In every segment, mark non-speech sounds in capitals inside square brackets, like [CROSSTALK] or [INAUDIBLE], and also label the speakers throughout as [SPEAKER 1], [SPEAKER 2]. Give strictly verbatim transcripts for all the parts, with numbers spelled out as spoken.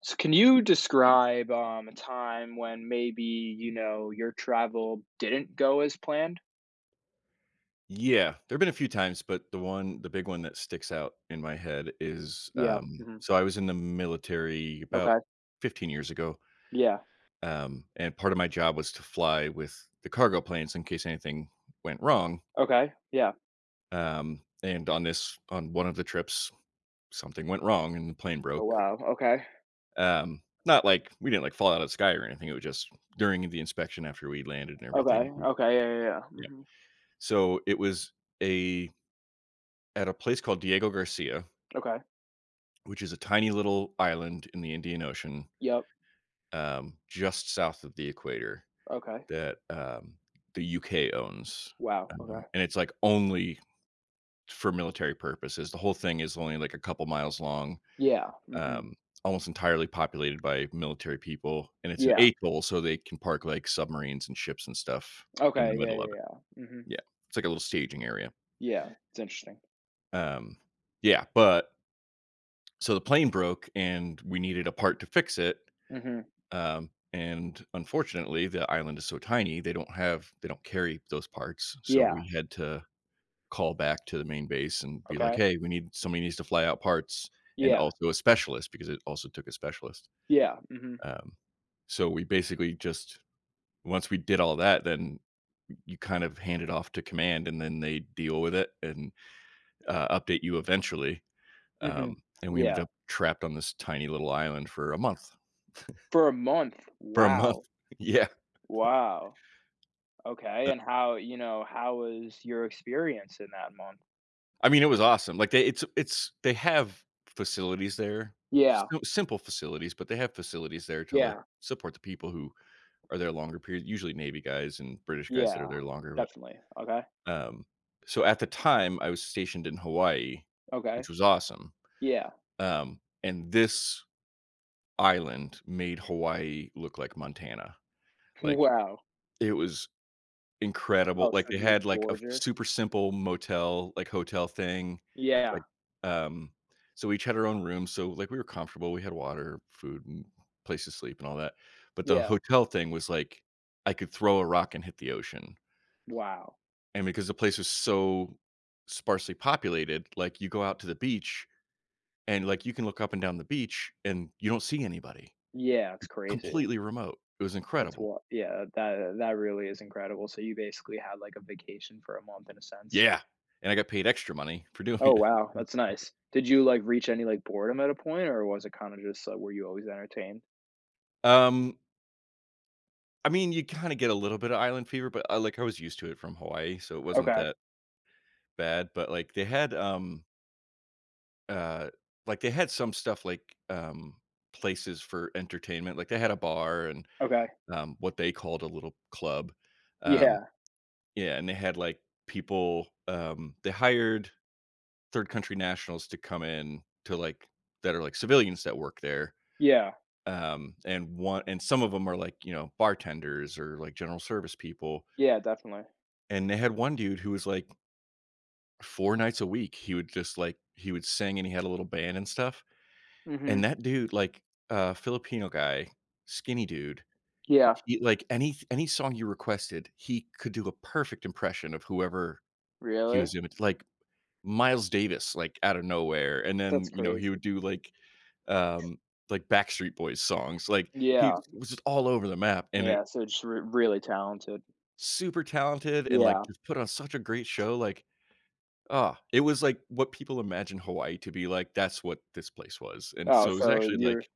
[SPEAKER 1] So can you describe, um, a time when maybe you know, your travel didn't go as planned?
[SPEAKER 2] Yeah, there've been a few times, but the one the big one that sticks out in my head is,
[SPEAKER 1] Yeah.
[SPEAKER 2] um
[SPEAKER 1] Mhm.
[SPEAKER 2] so I was in the military about
[SPEAKER 1] Okay.
[SPEAKER 2] fifteen years ago,
[SPEAKER 1] Yeah.
[SPEAKER 2] um, and part of my job was to fly with the cargo planes in case anything went wrong,
[SPEAKER 1] Okay. Yeah.
[SPEAKER 2] um, and on this on one of the trips, something went wrong and the plane
[SPEAKER 1] Oh,
[SPEAKER 2] broke.
[SPEAKER 1] wow. Okay.
[SPEAKER 2] Um, not like we didn't, like, fall out of the sky or anything, it was just during the inspection after we landed and everything,
[SPEAKER 1] Okay.
[SPEAKER 2] we
[SPEAKER 1] Okay. Yeah, yeah, yeah.
[SPEAKER 2] yeah.
[SPEAKER 1] Mhm.
[SPEAKER 2] So, it was a at a place called Diego Garcia,
[SPEAKER 1] Okay.
[SPEAKER 2] which is a tiny little island in the Indian Ocean,
[SPEAKER 1] Yep.
[SPEAKER 2] um, just south of the equator
[SPEAKER 1] Okay.
[SPEAKER 2] that, um, the U K owns,
[SPEAKER 1] Wow.
[SPEAKER 2] um,
[SPEAKER 1] Okay.
[SPEAKER 2] and it's, like, only for military purposes. The whole thing is only, like, a couple miles long,
[SPEAKER 1] Yeah. Mhm.
[SPEAKER 2] um, almost entirely populated by military people, and it's an
[SPEAKER 1] Yeah.
[SPEAKER 2] atoll, so they can park, like, submarines and ships and stuff in the
[SPEAKER 1] Okay. Yeah,
[SPEAKER 2] middle of it.
[SPEAKER 1] yeah, yeah. Mhm.
[SPEAKER 2] Yeah, it's like a little staging area.
[SPEAKER 1] Yeah. It's interesting.
[SPEAKER 2] Um, yeah, but so the plane broke, and we needed a part to fix it.
[SPEAKER 1] Mhm.
[SPEAKER 2] Um, and unfortunately, the island is so tiny, they don't have they don't carry those parts, so
[SPEAKER 1] Yeah.
[SPEAKER 2] we had to call back to the main base and be like,
[SPEAKER 1] Okay.
[SPEAKER 2] "Hey, we need somebody needs to fly out parts and
[SPEAKER 1] Yeah.
[SPEAKER 2] also a specialist," because it also took a specialist.
[SPEAKER 1] Yeah. Mhm.
[SPEAKER 2] Um, so we basically just once we did all that, then you kind of hand it off to command, and then they deal with it and, uh, update you eventually.
[SPEAKER 1] Mhm.
[SPEAKER 2] Um, and we ended
[SPEAKER 1] Yeah.
[SPEAKER 2] up trapped on this tiny little island for a month.
[SPEAKER 1] For a month.
[SPEAKER 2] For a month.
[SPEAKER 1] Wow.
[SPEAKER 2] [LAUGHS] Yeah.
[SPEAKER 1] Wow. Okay, and how you know, how was your experience in that month?
[SPEAKER 2] I mean, it was awesome. Like they it's it's they have facilities there,
[SPEAKER 1] Yeah,
[SPEAKER 2] sim simple facilities, but they have facilities there to, like,
[SPEAKER 1] yeah,
[SPEAKER 2] support the people who are there longer period, usually Navy guys and British guys that are
[SPEAKER 1] yeah.
[SPEAKER 2] there longer,
[SPEAKER 1] Definitely. Okay,
[SPEAKER 2] but, um so at the time, I was stationed in Hawaii,
[SPEAKER 1] okay.
[SPEAKER 2] which was awesome,
[SPEAKER 1] Yeah. [LAUGHS]
[SPEAKER 2] um, and this island made Hawaii look like Montana. Like,
[SPEAKER 1] Wow.
[SPEAKER 2] it was incredible,
[SPEAKER 1] Oh,
[SPEAKER 2] like,
[SPEAKER 1] so
[SPEAKER 2] they
[SPEAKER 1] this is
[SPEAKER 2] had, like, a f
[SPEAKER 1] gorgeous.
[SPEAKER 2] super simple motel, like, hotel thing,
[SPEAKER 1] Yeah,
[SPEAKER 2] like, um so we each had our own room, so, like, we were comfortable, we had water, food, and place to sleep and all that, but the
[SPEAKER 1] yeah.
[SPEAKER 2] hotel thing was, like, I could throw a rock and hit the ocean,
[SPEAKER 1] Wow.
[SPEAKER 2] and because the place was so sparsely populated, like, you go out to the beach and, like, you can look up and down the beach and you don't see anybody,
[SPEAKER 1] Yeah, it's crazy.
[SPEAKER 2] completely remote, it was
[SPEAKER 1] That's
[SPEAKER 2] incredible.
[SPEAKER 1] what, yeah, that that really is incredible. So you basically had, like, a vacation for a month in a sense.
[SPEAKER 2] Yeah, and I got paid extra money for doing
[SPEAKER 1] Oh,
[SPEAKER 2] it.
[SPEAKER 1] wow, that's
[SPEAKER 2] [LAUGHS]
[SPEAKER 1] nice. Did you, like, reach any, like, boredom at a point, or was it kinda just, like, were you always entertained?
[SPEAKER 2] Um I mean, you kinda get a little bit of island fever, but I like, I was used to it from Hawaii, so it wasn't
[SPEAKER 1] Okay,
[SPEAKER 2] that bad, but, like, they had, um, uh, like, they had some stuff, like, um, places for entertainment, like, they had a bar and,
[SPEAKER 1] okay.
[SPEAKER 2] um, what they called a little club, um
[SPEAKER 1] Yeah,
[SPEAKER 2] yeah, and they had, like, people, um they hired third country nationals to come in to, like that are, like, civilians that work there,
[SPEAKER 1] yeah,
[SPEAKER 2] um, and one and some of them are, like, you know, bartenders or, like, general service people,
[SPEAKER 1] yeah, definitely.
[SPEAKER 2] and they had one dude who was, like, four nights a week, he would just, like he would sing and he had a little band and stuff, and
[SPEAKER 1] Mhm.
[SPEAKER 2] that dude, like, uh, Filipino guy, skinny dude,
[SPEAKER 1] Yeah,
[SPEAKER 2] he like, any any song you requested, he could do a perfect impression of whoever he
[SPEAKER 1] really?
[SPEAKER 2] was imit like, Miles Davis, like, out of nowhere, and then,
[SPEAKER 1] That's
[SPEAKER 2] you know, he
[SPEAKER 1] crazy.
[SPEAKER 2] would do, like, um, like, Backstreet Boys songs, like, he
[SPEAKER 1] Yeah,
[SPEAKER 2] was just all over the map, and it
[SPEAKER 1] yeah, so just re really talented.
[SPEAKER 2] super talented and, like,
[SPEAKER 1] Yeah.
[SPEAKER 2] just put on such a great show, like, Ah, it was like what people imagine Hawaii to be like, that's what this place was, and
[SPEAKER 1] Oh,
[SPEAKER 2] so it was
[SPEAKER 1] so
[SPEAKER 2] actually,
[SPEAKER 1] you're,
[SPEAKER 2] like,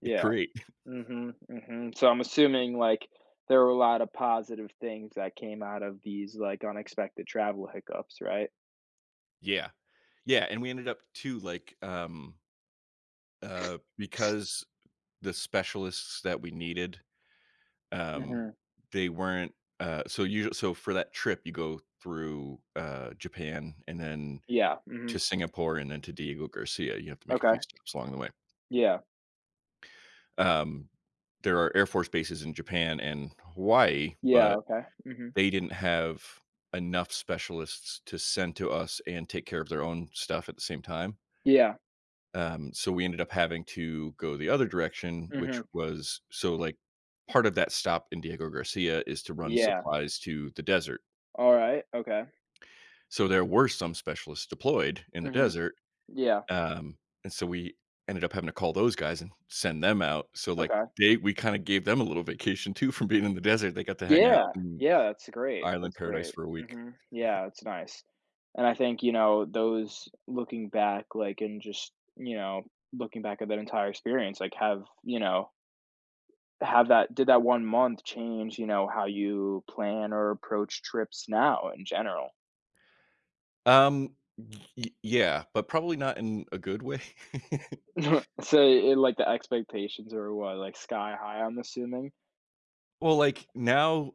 [SPEAKER 1] yeah,
[SPEAKER 2] great. [LAUGHS]
[SPEAKER 1] mhm, mhm, so I'm assuming, like, there were a lot of positive things that came out of these, like, unexpected travel hiccups, right?
[SPEAKER 2] Yeah. Yeah, and we ended up too, like, um, uh, because the specialists that we needed, um,
[SPEAKER 1] Mhm.
[SPEAKER 2] they weren't, uh, so usual so for that trip, you go through, uh, Japan and then
[SPEAKER 1] Yeah, mhm.
[SPEAKER 2] to Singapore and then to Diego Garcia, you have to make a few
[SPEAKER 1] Okay.
[SPEAKER 2] stops along the way.
[SPEAKER 1] Yeah.
[SPEAKER 2] Um, there are Air Force bases in Japan and Hawaii,
[SPEAKER 1] Yeah,
[SPEAKER 2] but
[SPEAKER 1] okay. Mhm.
[SPEAKER 2] they didn't have enough specialists to send to us and take care of their own stuff at the same time.
[SPEAKER 1] Yeah.
[SPEAKER 2] Um, so we ended up having to go the other direction, which
[SPEAKER 1] Mhm.
[SPEAKER 2] was so like part of that stop in Diego Garcia is to run
[SPEAKER 1] Yeah.
[SPEAKER 2] supplies to the desert.
[SPEAKER 1] Alright, okay.
[SPEAKER 2] So there were some specialists deployed in the
[SPEAKER 1] Mhm.
[SPEAKER 2] desert.
[SPEAKER 1] Yeah,
[SPEAKER 2] Um, and so we ended up having to call those guys and send them out. So like
[SPEAKER 1] okay.
[SPEAKER 2] they we kind of gave them a little vacation too from being in the desert. They got to hang out
[SPEAKER 1] Yeah,
[SPEAKER 2] in
[SPEAKER 1] yeah, that's great,
[SPEAKER 2] island
[SPEAKER 1] that's
[SPEAKER 2] paradise
[SPEAKER 1] great.
[SPEAKER 2] for a week.
[SPEAKER 1] Mhm. Yeah, it's nice. And I think, you know, those looking back, like, and just, you know, looking back at that entire experience, like, have, you know, have that, did that one month change, you know, how you plan or approach trips now in general?
[SPEAKER 2] Um, y Yeah, but probably not in a good way. [LAUGHS]
[SPEAKER 1] [LAUGHS] So, it, like, the expectations are what, like, sky high, I'm assuming?
[SPEAKER 2] Well, like, now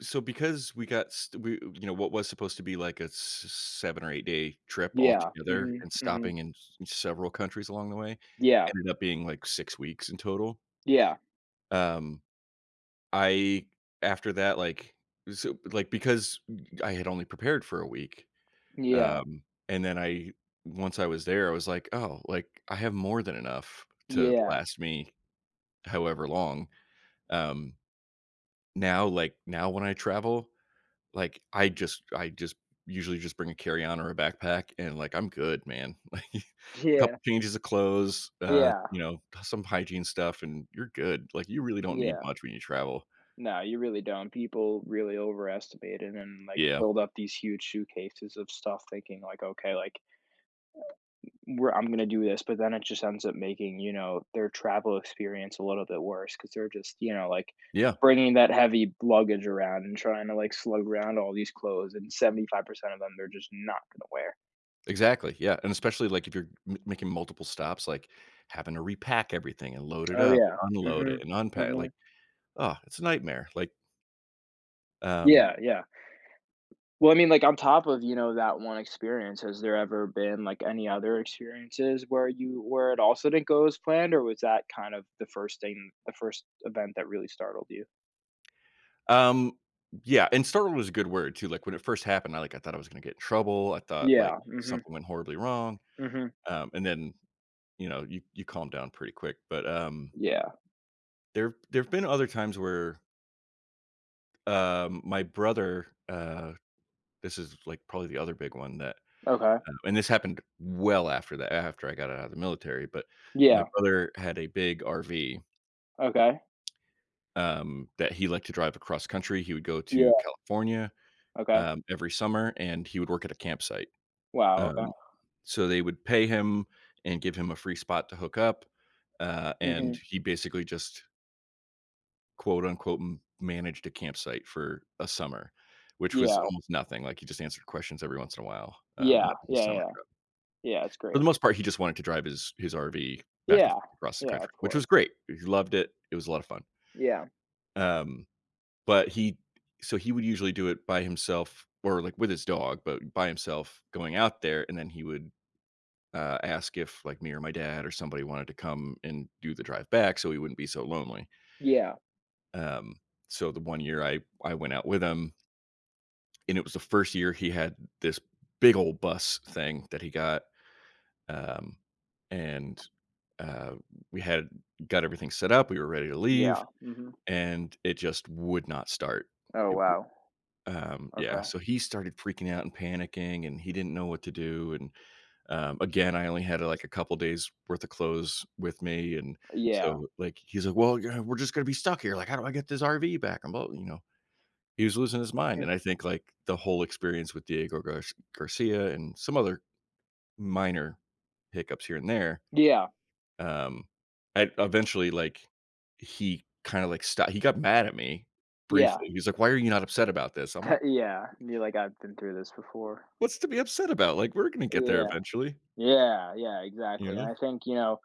[SPEAKER 2] so because we got st we you know, what was supposed to be, like, a s seven or eight-day trip
[SPEAKER 1] Yeah.
[SPEAKER 2] altogether
[SPEAKER 1] Hmm.
[SPEAKER 2] and
[SPEAKER 1] Hmm.
[SPEAKER 2] stopping in s several countries along the way,
[SPEAKER 1] Yeah.
[SPEAKER 2] ended up being, like, six weeks in total.
[SPEAKER 1] Yeah.
[SPEAKER 2] Um, I After that, like so, like, because I had only prepared for a week,
[SPEAKER 1] Yeah.
[SPEAKER 2] um, and then I once I was there, I was like, "Oh, like, I have more than enough to
[SPEAKER 1] Yeah.
[SPEAKER 2] last me." However long. Um, Now, like now when I travel, like I just I just usually just bring a carry-on or a backpack and like I'm good, man. [LAUGHS] Like a
[SPEAKER 1] Yeah.
[SPEAKER 2] couple changes of clothes, uh,
[SPEAKER 1] Yeah.
[SPEAKER 2] you know, some hygiene stuff and you're good. Like you really don't need
[SPEAKER 1] Yeah.
[SPEAKER 2] much when you travel.
[SPEAKER 1] No, you really don't. People really overestimate it and, like,
[SPEAKER 2] Yeah.
[SPEAKER 1] build up these huge suitcases of stuff thinking, like, okay, like we're I'm gonna do this, but then it just ends up making, you know, their travel experience a little bit worse because they're just, you know, like
[SPEAKER 2] Yeah.
[SPEAKER 1] bringing that heavy luggage around and trying to like slug around all these clothes and seventy-five percent of them they're just not gonna wear.
[SPEAKER 2] Exactly. Yeah. And especially like if you're m- making multiple stops, like having to repack everything and load it
[SPEAKER 1] Oh
[SPEAKER 2] up and
[SPEAKER 1] yeah.
[SPEAKER 2] unload it
[SPEAKER 1] Mhm.
[SPEAKER 2] and unpack,
[SPEAKER 1] Mhm.
[SPEAKER 2] like, oh, it's a nightmare. Like, um,
[SPEAKER 1] Yeah, yeah. Well, I mean, like, on top of, you know, that one experience, has there ever been, like, any other experiences where you where it also didn't go as planned, or was that kind of the first thing the first event that really startled you?
[SPEAKER 2] Um, yeah, and startled was a good word too, like, when it first happened, I, like I thought I was gonna get in trouble, I thought, like,
[SPEAKER 1] Yeah, mhm,
[SPEAKER 2] something went horribly wrong,
[SPEAKER 1] mhm.
[SPEAKER 2] um, and then, you know, you you calm down pretty quick, but, um,
[SPEAKER 1] Yeah,
[SPEAKER 2] there there've been other times where, um, my brother, uh this is, like, probably the other big one that,
[SPEAKER 1] okay.
[SPEAKER 2] um and this happened well after that after I got out of the military, but my
[SPEAKER 1] Yeah,
[SPEAKER 2] brother had a big R V,
[SPEAKER 1] okay.
[SPEAKER 2] um, that he liked to drive across country, he would go to
[SPEAKER 1] Yeah,
[SPEAKER 2] California,
[SPEAKER 1] okay.
[SPEAKER 2] um, every summer, and he would work at a campsite.
[SPEAKER 1] Wow, okay.
[SPEAKER 2] Um, so they would pay him and give him a free spot to hook up, uh, and
[SPEAKER 1] Mhm.
[SPEAKER 2] he basically just quote unquote m- managed a campsite for a summer, which was
[SPEAKER 1] Yeah,
[SPEAKER 2] almost nothing. Like he just answered questions every once in a while, um, and
[SPEAKER 1] yeah,
[SPEAKER 2] that was his
[SPEAKER 1] yeah,
[SPEAKER 2] summer
[SPEAKER 1] yeah.
[SPEAKER 2] job.
[SPEAKER 1] Yeah, it's
[SPEAKER 2] For
[SPEAKER 1] great.
[SPEAKER 2] the most part, he just wanted to drive his his R V back and
[SPEAKER 1] Yeah,
[SPEAKER 2] forth across the
[SPEAKER 1] yeah,
[SPEAKER 2] country,
[SPEAKER 1] of
[SPEAKER 2] which was
[SPEAKER 1] course.
[SPEAKER 2] great. He loved it. It was a lot of fun.
[SPEAKER 1] Yeah,
[SPEAKER 2] Um, but he so he would usually do it by himself or like with his dog, but by himself going out there, and then he would uh, ask if like me or my dad or somebody wanted to come and do the drive back so he wouldn't be so lonely.
[SPEAKER 1] yeah,
[SPEAKER 2] Um, so the one year I I went out with him, and it was the first year he had this big old bus thing that he got, um, and uh, we had got everything set up. We were ready to leave,
[SPEAKER 1] yeah, mhm.
[SPEAKER 2] and it just would not start.
[SPEAKER 1] Oh,
[SPEAKER 2] It,
[SPEAKER 1] wow,
[SPEAKER 2] um, yeah,
[SPEAKER 1] okay.
[SPEAKER 2] so he started freaking out and panicking, and he didn't know what to do, and Um, again, I only had, uh, like, a couple days worth of clothes with me, and
[SPEAKER 1] Yeah,
[SPEAKER 2] so, like, he's like, "Well, yeah, we're just gonna be stuck here, like, how do I get this R V back?" I'm all you know, he was losing his mind,
[SPEAKER 1] mm,
[SPEAKER 2] and I think, like, the whole experience with Diego Gar Garcia and some other minor hiccups here and there,
[SPEAKER 1] yeah,
[SPEAKER 2] um, I eventually, like, he kinda, like, stopped. He got mad at me
[SPEAKER 1] yeah.
[SPEAKER 2] briefly. He's like, "Why are you not upset about this?" I'm
[SPEAKER 1] [LAUGHS]
[SPEAKER 2] like,
[SPEAKER 1] Yeah, be like, "I've been through this before."
[SPEAKER 2] "What's to be upset about? Like, we're gonna get there
[SPEAKER 1] Yeah.
[SPEAKER 2] eventually."
[SPEAKER 1] Yeah, yeah,
[SPEAKER 2] You
[SPEAKER 1] exactly, and
[SPEAKER 2] know?
[SPEAKER 1] I think, you know,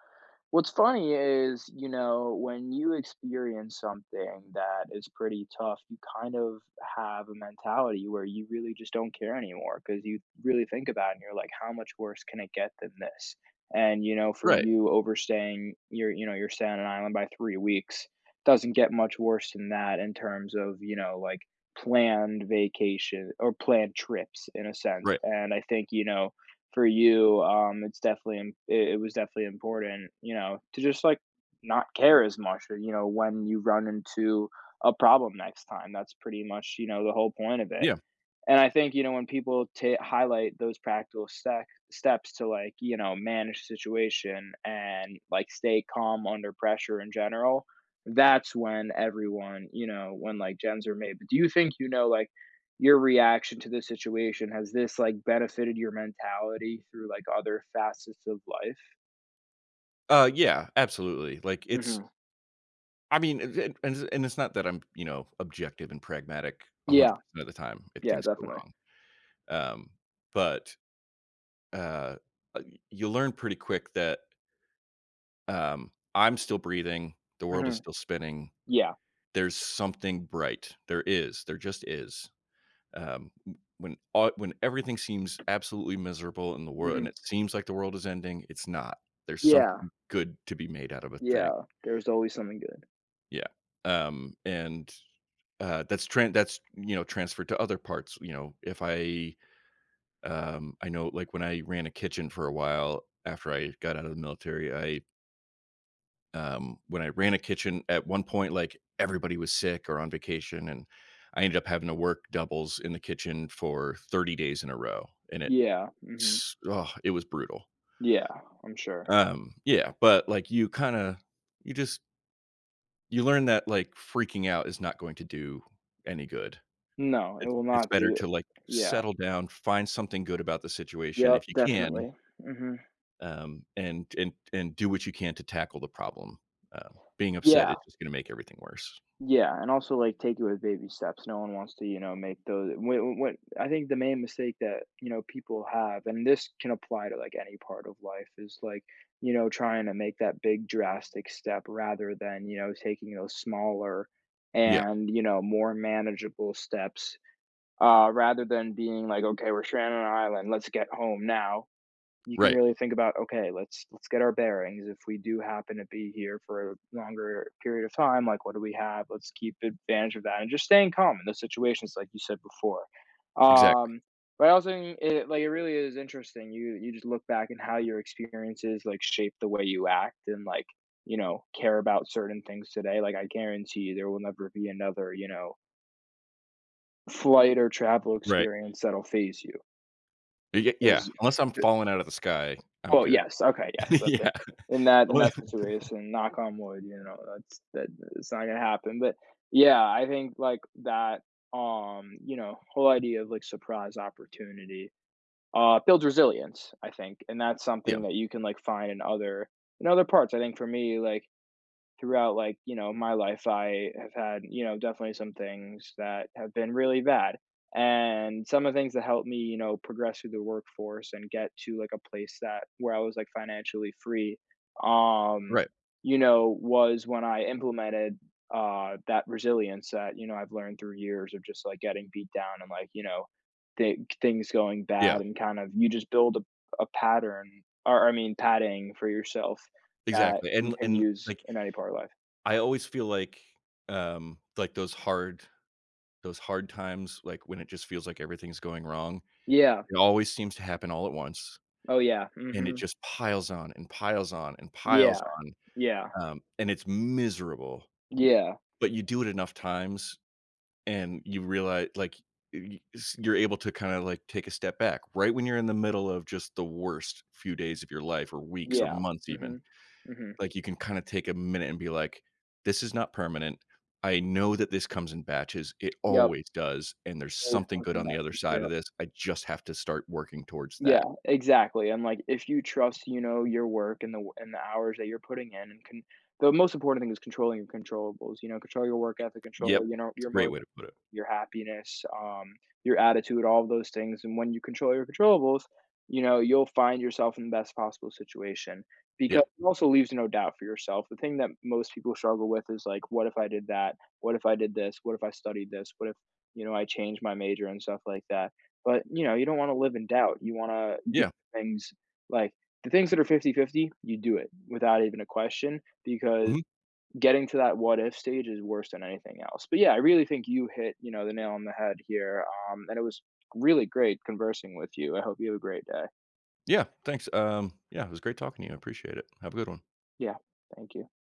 [SPEAKER 1] what's funny is, you know, when you experience something that is pretty tough, you kind of have a mentality where you really just don't care anymore because you really think about it and you're like, how much worse can it get than this? And, you know, for
[SPEAKER 2] Right,
[SPEAKER 1] you overstaying your, you know, you're staying on an island by three weeks doesn't get much worse than that in terms of, you know, like planned vacation or planned trips in a sense.
[SPEAKER 2] right.
[SPEAKER 1] And I think, you know, for you, um, it's definitely it, it was definitely important, you know, to just like not care as much, or, you know, when you run into a problem next time. That's pretty much, you know, the whole point of it.
[SPEAKER 2] Yeah.
[SPEAKER 1] And I think, you know, when people ta highlight those practical stec steps to, like, you know, manage situation and, like, stay calm under pressure in general, that's when everyone, you know, when, like, gems are made. But do you think, you know, like, your reaction to this situation has this like benefited your mentality through like other facets of life?
[SPEAKER 2] Uh, yeah, absolutely. Like, it's
[SPEAKER 1] Mhm.
[SPEAKER 2] I mean, it it and it's- and it's not that I'm, you know, objective and pragmatic
[SPEAKER 1] Yeah.
[SPEAKER 2] one hundred percent of the time if
[SPEAKER 1] Yeah.
[SPEAKER 2] things go
[SPEAKER 1] Definitely.
[SPEAKER 2] wrong. Um, but, uh, uh, y- you learn pretty quick that, um, I'm still breathing, the world is
[SPEAKER 1] Mhm.
[SPEAKER 2] still spinning,
[SPEAKER 1] Yeah.
[SPEAKER 2] there's something bright. There is, there just is. Um, w When all when everything seems absolutely miserable in the world and
[SPEAKER 1] Mhm.
[SPEAKER 2] it seems like the world is ending, it's not. There's
[SPEAKER 1] Yeah.
[SPEAKER 2] something good to be made out of a thing.
[SPEAKER 1] Yeah. There's always something good.
[SPEAKER 2] Yeah. Um, and Uh, that's tran that's, you know, transferred to other parts, you know, if I, um I know, like, when I ran a kitchen for a while after I got out of the military, I, um when I ran a kitchen, at one point, like, everybody was sick or on vacation, and I ended up having to work doubles in the kitchen for thirty days in a row, and it
[SPEAKER 1] Yeah. Mhm.
[SPEAKER 2] s oh, it was brutal.
[SPEAKER 1] Yeah. I'm sure.
[SPEAKER 2] Um, yeah, but, like, you kinda you just you learn that, like, freaking out is not going to do any good.
[SPEAKER 1] No, it
[SPEAKER 2] It's
[SPEAKER 1] will
[SPEAKER 2] it's
[SPEAKER 1] not
[SPEAKER 2] better
[SPEAKER 1] be.
[SPEAKER 2] to, like,
[SPEAKER 1] Yeah.
[SPEAKER 2] settle down, find something good about the situation
[SPEAKER 1] Yep,
[SPEAKER 2] if you can,
[SPEAKER 1] definitely. Mhm.
[SPEAKER 2] um, and and and do what you can to tackle the problem. Uh, Being upset
[SPEAKER 1] Yeah,
[SPEAKER 2] is just gonna make everything worse.
[SPEAKER 1] yeah, and also, like, take it with baby steps. No one wants to, you know, make those when when I think the main mistake that, you know, people have, and this can apply to, like, any part of life, is, like, you know, trying to make that big drastic step rather than, you know, taking those smaller
[SPEAKER 2] Yeah,
[SPEAKER 1] and, you know, more manageable steps, uh, rather than being like, "Okay, we're stranded on an island. Let's get home now." You can
[SPEAKER 2] right,
[SPEAKER 1] really think about, okay, let's let's get our bearings. If we do happen to be here for a longer period of time, like what do we have? Let's keep advantage of that and just staying calm in those situations, like you said before.
[SPEAKER 2] exactly,
[SPEAKER 1] Um, but I also think it, like, it really is interesting. You you just look back and how your experiences like shape the way you act and like you know care about certain things today. Like I guarantee there will never be another, you know, flight or travel
[SPEAKER 2] right.
[SPEAKER 1] experience that'll phase you.
[SPEAKER 2] Y Yeah,
[SPEAKER 1] 'Cause
[SPEAKER 2] unless I'm falling out of the sky, I'm
[SPEAKER 1] well,
[SPEAKER 2] good.
[SPEAKER 1] yes, okay, yes,
[SPEAKER 2] [LAUGHS]
[SPEAKER 1] that's it.
[SPEAKER 2] Yeah,
[SPEAKER 1] In that in
[SPEAKER 2] well,
[SPEAKER 1] that
[SPEAKER 2] [LAUGHS]
[SPEAKER 1] situation, knock on wood, you know, that's that, it's not gonna happen, but, yeah, I think, like, that, um, you know, whole idea of, like, surprise opportunity, uh, builds resilience, I think, and that's
[SPEAKER 2] yeah,
[SPEAKER 1] something that you can, like, find in other, in other parts. I think for me, like, throughout, like, you know, my life I have had, you know, definitely some things that have been really bad and some of the things that helped me, you know, progress through the workforce and get to like a place that where I was like financially free, um
[SPEAKER 2] right,
[SPEAKER 1] you know, was when I implemented uh that resilience that, you know, I've learned through years of just like getting beat down and, like, you know, th- things going
[SPEAKER 2] yeah,
[SPEAKER 1] bad and kind of you just build a, a pattern, or I mean padding for yourself that
[SPEAKER 2] exactly,
[SPEAKER 1] you
[SPEAKER 2] and
[SPEAKER 1] can
[SPEAKER 2] and,
[SPEAKER 1] use
[SPEAKER 2] like,
[SPEAKER 1] in any part of life.
[SPEAKER 2] I always feel like, um, like, those hard those hard times, like, when it just feels like everything's going wrong,
[SPEAKER 1] Yeah.
[SPEAKER 2] it always seems to happen all at once.
[SPEAKER 1] Oh, yeah.
[SPEAKER 2] And it
[SPEAKER 1] Mhm.
[SPEAKER 2] just piles on and piles on and piles
[SPEAKER 1] Yeah. Yeah.
[SPEAKER 2] on, um, and it's miserable,
[SPEAKER 1] Yeah.
[SPEAKER 2] but you do it enough times and you realize, like, y y s you're able to kinda, like, take a step back right when you're in the middle of just the worst few days of your life or weeks or
[SPEAKER 1] Yeah.
[SPEAKER 2] months even.
[SPEAKER 1] Mhm. Mhm.
[SPEAKER 2] Like, you can kinda take a minute and be like, "This is not permanent. I know that this comes in batches. It
[SPEAKER 1] Yep.
[SPEAKER 2] always does, and there's
[SPEAKER 1] Always
[SPEAKER 2] something
[SPEAKER 1] comes
[SPEAKER 2] good
[SPEAKER 1] in
[SPEAKER 2] on the
[SPEAKER 1] that.
[SPEAKER 2] other side
[SPEAKER 1] Yep.
[SPEAKER 2] of this. I just have to start working towards
[SPEAKER 1] Yeah,
[SPEAKER 2] that."
[SPEAKER 1] exactly, and, like, if you trust, you know, your work and the w and the hours that you're putting in and can, the most important thing is controlling your controllables, you know, control your work ethic,
[SPEAKER 2] Yep.
[SPEAKER 1] control, you know,
[SPEAKER 2] It's a
[SPEAKER 1] your
[SPEAKER 2] great
[SPEAKER 1] motiv
[SPEAKER 2] way to put it.
[SPEAKER 1] your happiness, um, your attitude, all of those things. And when you control your controllables, you know, you'll find yourself in the best possible situation because
[SPEAKER 2] Yep.
[SPEAKER 1] it also leaves no doubt for yourself. The thing that most people struggle with is like, what if I did that? What if I did this? What if I studied this? What if, you know, I changed my major and stuff like that? But, you know, you don't want to live in doubt. You want to do
[SPEAKER 2] Yeah.
[SPEAKER 1] things like the things that are fifty-fifty. You do it without even a question because
[SPEAKER 2] Mhm.
[SPEAKER 1] getting to that what if stage is worse than anything else. But yeah, I really think you hit, you know, the nail on the head here. Um, and it was really great conversing with you. I hope you have a great day.
[SPEAKER 2] Yeah, thanks, um, yeah, it was great talking to you, I appreciate it. Have a good one.
[SPEAKER 1] Yeah, thank you.